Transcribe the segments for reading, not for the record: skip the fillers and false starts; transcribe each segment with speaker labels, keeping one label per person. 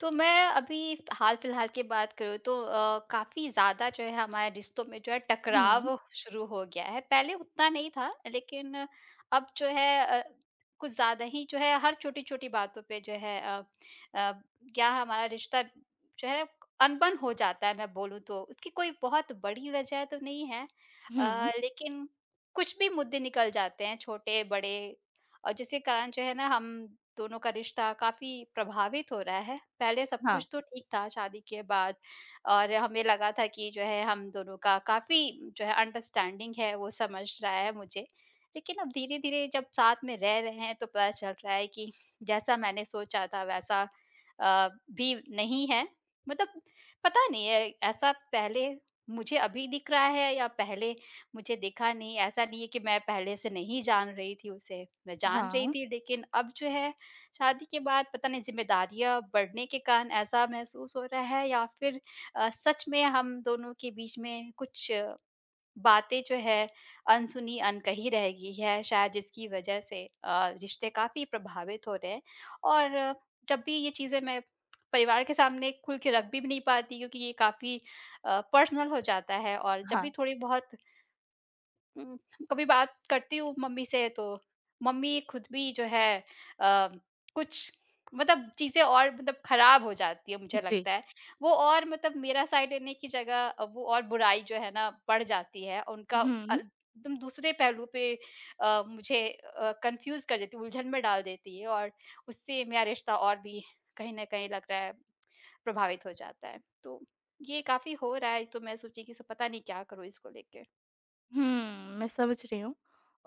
Speaker 1: तो मैं अभी हाल-फिलहाल की बात करूँ तो काफ़ी ज़्यादा जो है हमारे रिश्तों में जो है
Speaker 2: हुँ,
Speaker 1: टकराव शुरू हो गया है। पहले उतना नहीं था, लेकिन अब जो है अ, कुछ ज़्यादा ही जो है हर छोटी-छोटी बातों पे जो है अ, क्या हमारा रिश्ता जो है अनबन हो जाता है मैं बोलूँ तो। उसकी कोई बहुत बड़ी वजह तो नहीं है,
Speaker 2: हुँ।
Speaker 1: लेकिन कुछ भी मुद्दे निकल जाते हैं छोटे-बड़े और जिसके कारण जो है ना हम दोनों का रिश्ता काफ़ी प्रभावित हो रहा है। पहले सब
Speaker 2: हाँ।
Speaker 1: कुछ तो ठीक था शादी के बाद और हमें लगा था कि जो है हम दोनों का काफ़ी जो है अंडरस्टैंडिंग है, वो समझ रहा है मुझे। लेकिन अब धीरे-धीरे जब साथ में रह रहे हैं तो पता चल रहा है कि जैसा मैंने सोचा था वैसा अ, भी नहीं है। मतलब पता नहीं है ऐसा पहले मुझे अभी दिख रहा है या पहले मुझे दिखा नहीं, ऐसा नहीं है कि मैं पहले से नहीं जान रही थी उसे, मैं जान रही
Speaker 2: हाँ,
Speaker 1: थी लेकिन अब जो है शादी के बाद पता नहीं ज़िम्मेदारियाँ बढ़ने के कारण ऐसा महसूस हो रहा है या फिर सच में हम दोनों के बीच में कुछ बातें जो है अनसुनी, अनकही रह गई है शायद जिसकी वजह से रिश्ते काफ़ी प्रभावित हो रहे हैं। और जब भी ये चीज़ें मैं परिवार के सामने खुल के रख भी नहीं पाती क्योंकि ये काफ़ी पर्सनल हो जाता है और जब
Speaker 2: हाँ,
Speaker 1: भी थोड़ी-बहुत हुँ, कभी बात करती हूँ मम्मी से तो मम्मी खुद भी जो है अ, कुछ मतलब चीज़ें और मतलब खराब हो जाती है मुझे
Speaker 2: जी।
Speaker 1: लगता है। वो और मतलब मेरा साइड लेने की जगह वो और बुराई जो है ना बढ़ जाती है। उनका
Speaker 2: हुँ।
Speaker 1: एकदम दूसरे पहलू पे मुझे कन्फ्यूज़ कर देती है, उलझन में डाल देती है और उससे मेरा रिश्ता और भी कहीं न कहीं लग रहा है प्रभावित हो जाता है। तो ये काफ़ी हो रहा है तो मैं सोची कि स पता नहीं क्या करूँ इसको लेके?
Speaker 2: मैं समझ रही हूँ।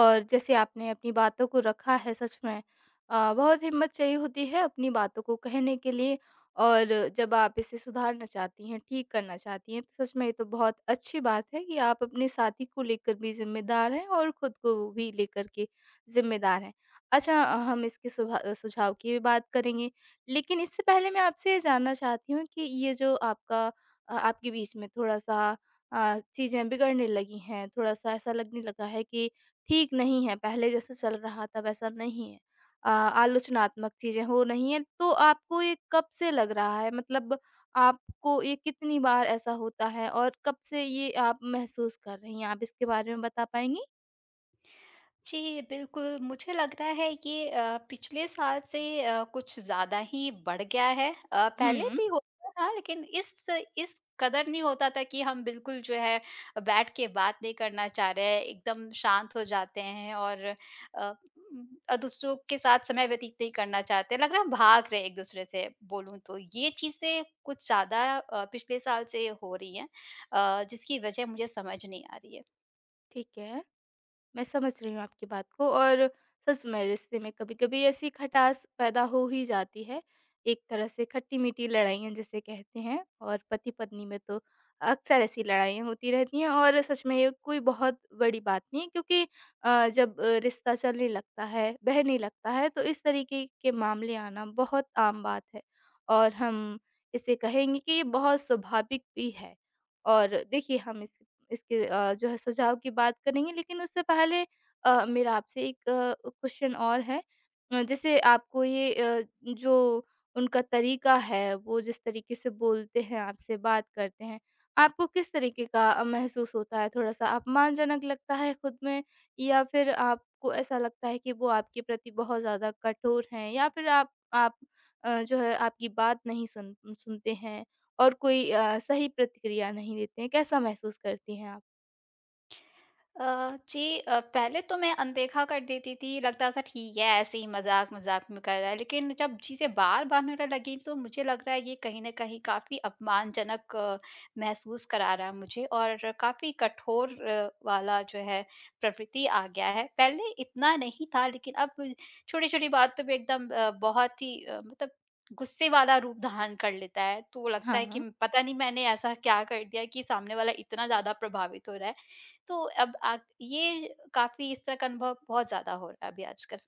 Speaker 2: और जैसे आपने अपनी बातों को रखा है, सच में बहुत हिम्मत चाहिए होती है अपनी बातों को कहने के लिए। और जब आप इसे सुधारना चाहती हैं, ठीक करना चाहती हैं, तो सच में ये तो बहुत अच्छी बात है कि आप अपने साथी को लेकर भी ज़िम्मेदार हैं और खुद को भी लेकर के ज़िम्मेदार हैं। अच्छा, हम इसके सुझाव की भी बात करेंगे, लेकिन इससे पहले मैं आपसे ये जानना चाहती हूँ कि ये जो आपका, आपके बीच में थोड़ा-सा, चीज़ें बिगड़ने लगी हैं, थोड़ा-सा ऐसा लगने लगा है कि ठीक नहीं है, पहले जैसे चल रहा था वैसा नहीं है। आलोचनात्मक चीज़ें हो रही हैं, तो आपको ये कब से लग रहा है? मतलब, आपको ये कितनी बार ऐसा होता है और कब से ये आप महसूस कर रही हैं? आप इसके बारे में बता पाएँगी?
Speaker 1: जी, बिल्कुल, मुझे लग रहा है ये पिछले साल से कुछ ज़्यादा ही बढ़ गया है। पहले
Speaker 2: हुँ,
Speaker 1: भी होता था लेकिन इस कदर नहीं होता था कि हम बिल्कुल जो है बैठ के बात नहीं करना चाह रहे हैं, एकदम शांत हो जाते हैं और दूसरों के साथ समय व्यतीत नहीं करना चाहते। लग रहा है हम भाग रहे हैं एक-दूसरे से बोलूँ तो। ये चीज़ें कुछ ज़्यादा पिछले साल से हो रही हैं, जिसकी वजह मुझे समझ नहीं आ रही है।
Speaker 2: ठीक है। मैं समझ रही हूँ आपकी बात को, और सच में रिश्ते में कभी-कभी ऐसी खटास पैदा हो ही जाती है। एक तरह से खट्टी-मीठी लड़ाइयाँ जिसे कहते हैं, और पति-पत्नी में तो अक्सर ऐसी लड़ाइयाँ होती रहती हैं, और सच में ये कोई बहुत बड़ी बात नहीं है, क्योंकि जब रिश्ता चलने लगता है, बहने लगता है, तो इस तरीके के मामले आना बहुत आम बात है। और हम इसे कहेंगे कि ये बहुत स्वाभाविक भी है। और देखिए हम इस इसके जो है सुझाव की बात करेंगे। लेकिन उससे पहले मेरा आपसे एक क्वेश्चन और है। जैसे आपको ये, जो उनका तरीका है, वो जिस तरीके से बोलते हैं, आपसे बात करते हैं, आपको किस तरीके का महसूस होता है? थोड़ा-सा अपमानजनक लगता है खुद में, या फिर आपको ऐसा लगता है कि वो आपके प्रति बहुत ज़्यादा कठोर हैं, या फिर आप जो है आपकी बात नहीं सुनते हैं? और कोई सही प्रतिक्रिया नहीं देते हैं, कैसा महसूस करती हैं आप?
Speaker 1: जी पहले तो मैं अनदेखा कर देती थी, लगता था ठीक है ऐसे ही मज़ाक-मज़ाक में कर रहा है, लेकिन जब चीज़ें बार-बार होने लगी तो मुझे लग रहा है ये कहीं न कहीं काफ़ी अपमानजनक महसूस करा रहा है मुझे और काफ़ी कठोर वाला जो है प्रवृत्ति आ गया है। पहले इतना नहीं था लेकिन अब छोटी-छोटी बातों पे एकदम बहुत ही मतलब गुस्से वाला रूप धारण कर लेता है, तो लगता है कि
Speaker 2: हाँ।
Speaker 1: पता नहीं मैंने ऐसा क्या कर दिया कि सामने वाला इतना ज़्यादा प्रभावित हो रहा है। तो अब आ ये काफ़ी इस तरह का अनुभव बहुत ज़्यादा हो रहा है अभी आजकल।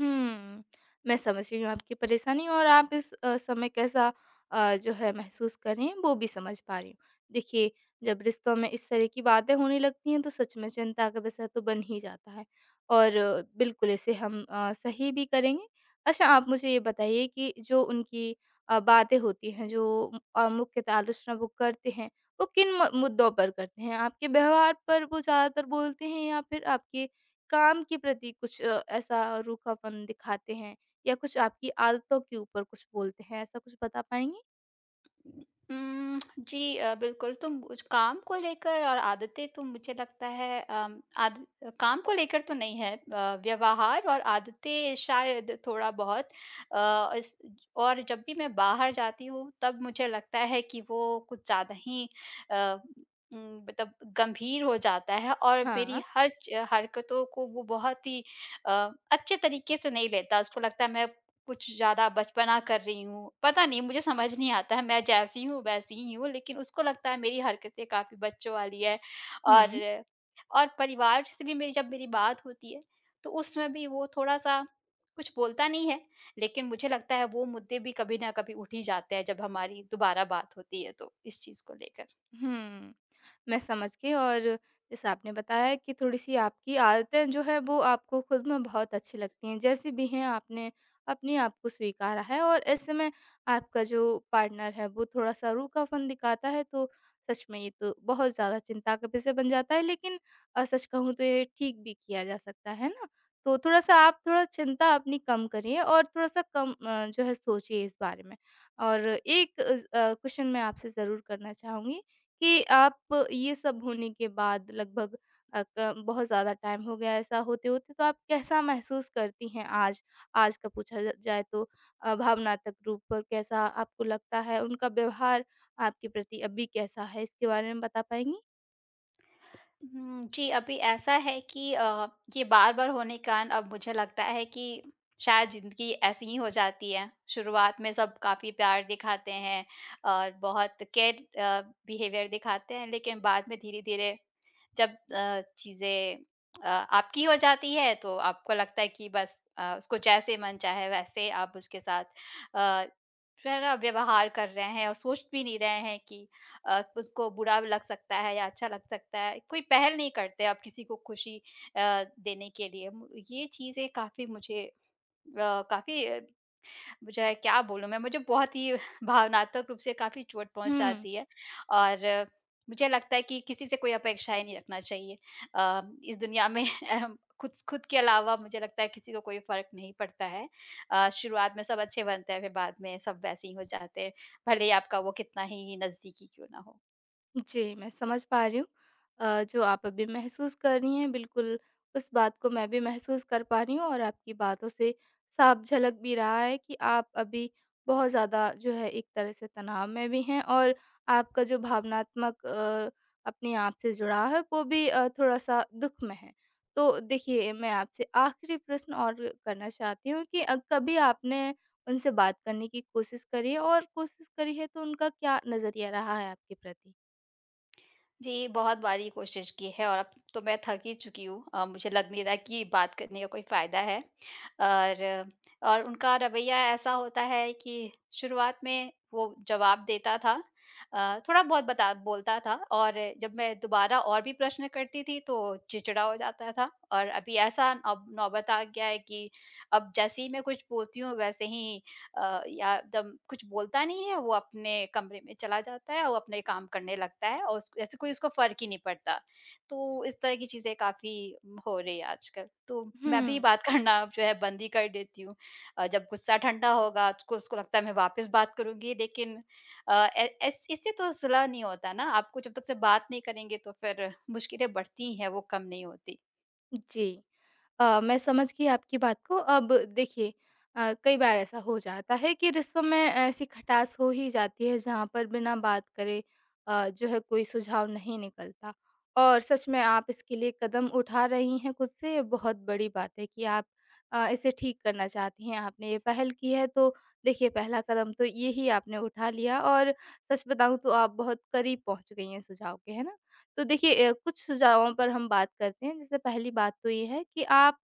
Speaker 2: हुँ। मैं समझ रही हूँ आपकी परेशानी, और आप इस समय कैसा, जो है महसूस कर रही हैं, वो भी समझ पा रही हूँ। देखिए, जब रिश्तों में इस तरह की बातें होने लगती हैं, तो सच में चिंता का विषय तो बन ही जाता है, और बिल्कुल इसे हम सही भी करेंगे। अच्छा, आप मुझे ये बताइए कि जो उनकी बातें होती हैं, जो मुख्यतः आलोचना वो करते हैं, वो किन म मुद्दों पर करते हैं? आपके व्यवहार पर वो ज़्यादातर बोलते हैं, या फिर आपके काम के प्रति कुछ ऐसा रूखापन दिखाते हैं, या कुछ आपकी आदतों के ऊपर कुछ बोलते हैं? ऐसा कुछ बता पाएँगी?
Speaker 1: जी बिल्कुल, तो मुझ काम को लेकर और आदतें तो मुझे लगता है अम, आद काम को लेकर तो नहीं है, व्यवहार और आदतें शायद थोड़ा-बहुत अ, इस और जब भी मैं बाहर जाती हूँ, तब मुझे लगता है कि वो कुछ ज़्यादा ही अ, मतलब गंभीर हो जाता है और मेरी
Speaker 2: हाँ।
Speaker 1: हर च हरकतों को वो बहुत ही अ, अच्छे तरीके से नहीं लेता, उसको लगता है मैं कुछ ज़्यादा बचपना कर रही हूँ। पता नहीं मुझे समझ नहीं आता है मैं जैसी हूँ वैसी ही हूँ, लेकिन उसको लगता है मेरी हरकतें काफ़ी बच्चों वाली है और
Speaker 2: हुँ।
Speaker 1: और परिवार से भी मेरी जब मेरी बात होती है, तो उसमें भी वो थोड़ा-सा कुछ बोलता नहीं है, लेकिन मुझे लगता है वो मुद्दे भी कभी न कभी उठ ही जाते हैं जब हमारी दोबारा बात होती है तो, इस चीज़ को लेकर।
Speaker 2: हुँ। मैं समझ गई। और जैसे आपने बताया कि थोड़ी-सी आपकी आदतें जो हैं, वो आपको खुद में बहुत अच्छी लगती हैं। जैसी भी हैं, आपने अपने आप को स्वीकारा है, और ऐसे में आपका जो पार्टनर है वो थोड़ा-सा रूखापन दिखाता है, तो सच में ये तो बहुत ज़्यादा चिंता का विषय बन जाता है। लेकिन सच कहूँ तो ये ठीक भी किया जा सकता है ना? तो थोड़ा-सा आप थोड़ा चिंता अपनी कम करिए, और थोड़ा-सा कम जो है सोचिए इस बारे में। और एक क्वेश्चन मैं आपसे ज़रूर करना चाहूँगी कि आप, ये सब होने के बाद लगभग अ, क बहुत ज़्यादा टाइम हो गया ऐसा होते-होते, तो आप कैसा महसूस करती हैं आज? आज का पूछा ज जाए तो भावनात्मक रूप पर कैसा आपको लगता है? उनका व्यवहार आपके प्रति अभी कैसा है? इसके बारे में बता पाएँगी?
Speaker 1: हुँ, जी, अभी ऐसा है कि ये बार-बार होने के कारण अब मुझे लगता है कि शायद ज़िंदगी ऐसी ही हो जाती है। शुरुआत में सब काफ़ी प्यार दिखाते हैं और बहुत केयर अ, बिहेवियर दिखाते हैं, लेकिन बाद में धीरे-धीरे जब चीज़ें आपकी हो जाती है, तो आपको लगता है कि बस उसको जैसे मन चाहे वैसे आप उसके साथ अ, जो है ना व्यवहार कर रहे हैं और सोच भी नहीं रहे हैं कि खुद को बुरा लग सकता है या अच्छा लग सकता है, कोई पहल नहीं करते आप किसी को खुशी देने के लिए। म ये चीज़ें काफ़ी मुझे अ, काफ़ी अ, जो है क्या बोलूँ मैं, मुझे बहुत ही भावनात्मक रूप से काफ़ी चोट
Speaker 2: हुँ।
Speaker 1: पहुँचाती है और मुझे लगता है कि किसी से कोई अपेक्षाएँ नहीं रखना चाहिए। इस दुनिया में खुद खुद के अलावा मुझे लगता है किसी को कोई फ़र्क नहीं पड़ता है। शुरुआत में सब अच्छे बनते हैं, फिर बाद में सब वैसे ही हो जाते हैं, भले ही आपका वो कितना ही नज़दीकी क्यों ना हो।
Speaker 2: जी, मैं समझ पा रही हूँ। जो आप अभी महसूस कर रही हैं, बिल्कुल उस बात को मैं भी महसूस कर पा रही हूँ, और आपकी बातों से साफ झलक भी रहा है कि आप अभी बहुत ज़्यादा जो है एक तरह से तनाव में भी हैं, और आपका जो भावनात्मक अपने आप से जुड़ाव है, वो भी थोड़ा-सा दुःख में है। तो देखिए, मैं आपसे आखिरी प्रश्न और करना चाहती हूँ कि कभी आपने उनसे बात करने की कोशिश करी है, और कोशिश करी है तो उनका क्या नज़रिया रहा है आपके प्रति?
Speaker 1: जी, बहुत बार ये कोशिश की है और अब तो मैं थक ही चुकी हूँ। मुझे लग नहीं रहा कि बात करने का कोई फ़ायदा है और और उनका रवैया ऐसा होता है कि शुरुआत में वो जवाब देता था। थोड़ा-बहुत बता बोलता था और जब मैं दोबारा और भी प्रश्न करती थी तो चिड़चिड़ा हो जाता था और अभी ऐसा अब नौबत आ गया है कि अब जैसे ही मैं कुछ बोलती हूँ वैसे ही या एकदम कुछ बोलता नहीं है, वो अपने कमरे में चला जाता है, वो अपने काम करने लगता है और उस ऐसे कोई उसको फ़र्क ही नहीं पड़ता। तो इस तरह की चीज़ें काफ़ी हो रही है आजकल। तो मैं भी
Speaker 2: हुँ,
Speaker 1: बात करना जो है बंद ही कर देती हूँ। जब गुस्सा ठंडा होगा उसको उसको लगता है मैं वापस बात करूँगी लेकिन अ, ए एस इससे तो सुलह नहीं होता ना, आपको जब तक से बात नहीं करेंगे तो फिर मुश्किलें बढ़ती ही हैं, वो कम नहीं होती।
Speaker 2: जी। मैं समझ गई आपकी बात को। अब देखिए, कई बार ऐसा हो जाता है कि रिश्तों में ऐसी खटास हो ही जाती है, जहाँ पर बिना बात करे जो है कोई सुझाव नहीं निकलता। और सच में आप इसके लिए कदम उठा रही हैं खुद से, ये बहुत बड़ी बात है कि आप इसे ठीक करना चाहती हैं। आपने ये पहल की है, तो देखिए, पहला कदम तो ये ही आपने उठा लिया, और सच बताऊँ तो आप बहुत करीब पहुँच गई हैं सुझाव के, है ना? तो देखिए, कुछ सुझावों पर हम बात करते हैं। जैसे पहली बात तो ये है कि आप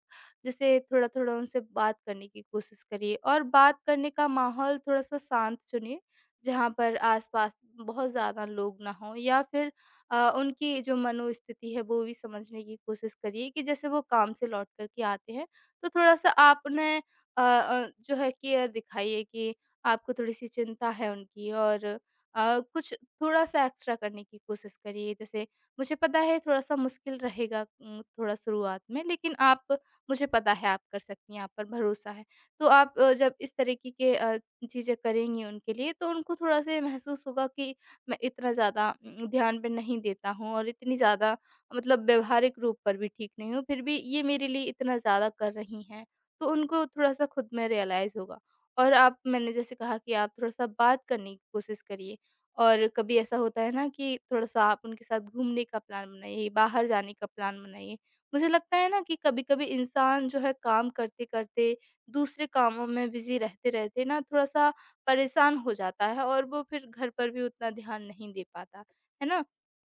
Speaker 2: जैसे थोड़ा-थोड़ा उनसे बात करने की कोशिश करिए, और बात करने का माहौल थोड़ा-सा शांत चुनिए, जहाँ पर आस-पास बहुत ज़्यादा लोग ना हों। या फिर उनकी जो मनोस्थिति है वो भी समझने की कोशिश करिए कि जैसे वो काम से लौट कर के आते हैं, तो थोड़ा-सा आप उन्हें जो है केयर दिखाइए कि आपको थोड़ी-सी चिंता है उनकी, और कुछ थोड़ा-सा एक्स्ट्रा करने की कोशिश करिए। जैसे मुझे पता है थोड़ा-सा मुश्किल रहेगा थोड़ा शुरुआत में, लेकिन आप, मुझे पता है आप कर सकती हैं, आप पर भरोसा है। तो आप जब इस तरीके के चीज़ें करेंगी उनके लिए, तो उनको थोड़ा-सा ये महसूस होगा कि मैं इतना ज़्यादा ध्यान पे नहीं देता हूँ, और इतनी ज़्यादा मतलब व्यावहारिक रूप पर भी ठीक नहीं हूँ, फिर भी ये मेरे लिए इतना ज़्यादा कर रही हैं। तो उनको थोड़ा-सा खुद में रियलाइज़ होगा। और आप, मैंने जैसे कहा कि आप थोड़ा-सा बात करने की कोशिश करिए। और कभी ऐसा होता है ना कि थोड़ा-सा आप उनके साथ घूमने का प्लान बनाइए, बाहर जाने का प्लान बनाइए। मुझे लगता है ना कि कभी-कभी इंसान जो है काम करते-करते, दूसरे कामों में बिज़ी रहते-रहते ना, थोड़ा-सा परेशान हो जाता है, और वो फिर घर पर भी उतना ध्यान नहीं दे पाता, है ना?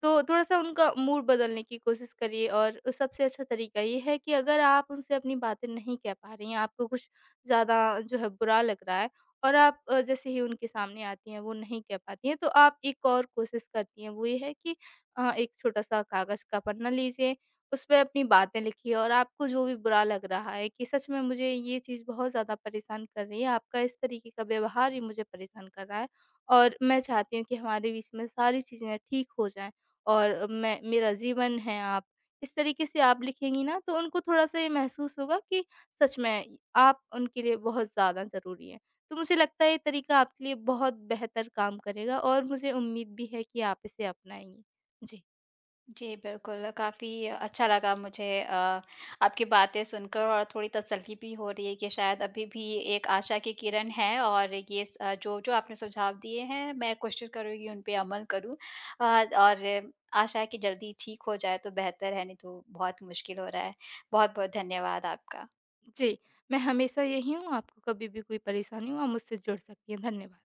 Speaker 2: तो थोड़ा-सा उनका मूड बदलने की कोशिश करिए। और सबसे अच्छा तरीका ये है कि अगर आप उनसे अपनी बातें नहीं कह पा रही हैं, आपको कुछ ज़्यादा जो है बुरा लग रहा है, और आप, जैसे ही उनके सामने आती हैं वो नहीं कह पाती हैं, तो आप एक और कोशिश करती हैं, वो ये है कि एक छोटा-सा कागज़ का पन्ना लीजिए, उस पे अपनी बातें लिखिए, और आपको जो भी बुरा लग रहा है कि सच में मुझे ये चीज़ बहुत ज़्यादा परेशान कर रही है, आपका इस तरीके का व्यवहार ही मुझे परेशान कर रहा है, और मैं चाहती हूँ कि हमारे बीच में सारी चीज़ें ठीक हो जाएँ, और मैं, मेरा जीवन है आप, इस तरीके से आप लिखेंगी ना, तो उनको थोड़ा-सा ये महसूस होगा कि सच में आप उनके लिए बहुत ज़्यादा ज़रूरी हैं। तो मुझे लगता है ये तरीका आपके लिए बहुत बेहतर काम करेगा, और मुझे उम्मीद भी है कि आप इसे अपनाएँगी। जी,
Speaker 1: जी, बिल्कुल, काफ़ी अच्छा लगा मुझे आपकी बातें सुनकर और थोड़ी तसल्ली भी हो रही है कि शायद अभी भी एक आशा की किरण है और ये जो-जो आपने सुझाव दिए हैं, मैं कोशिश करूँगी उन पे अमल करूँ। अ, और आशा है कि जल्दी ठीक हो जाए तो बेहतर है, नहीं तो बहुत मुश्किल हो रहा है। बहुत-बहुत धन्यवाद आपका।
Speaker 2: जी, मैं हमेशा यही हूँ, आपको कभी भी कोई परेशानी हो आप मुझसे जुड़ सकती हैं। धन्यवाद।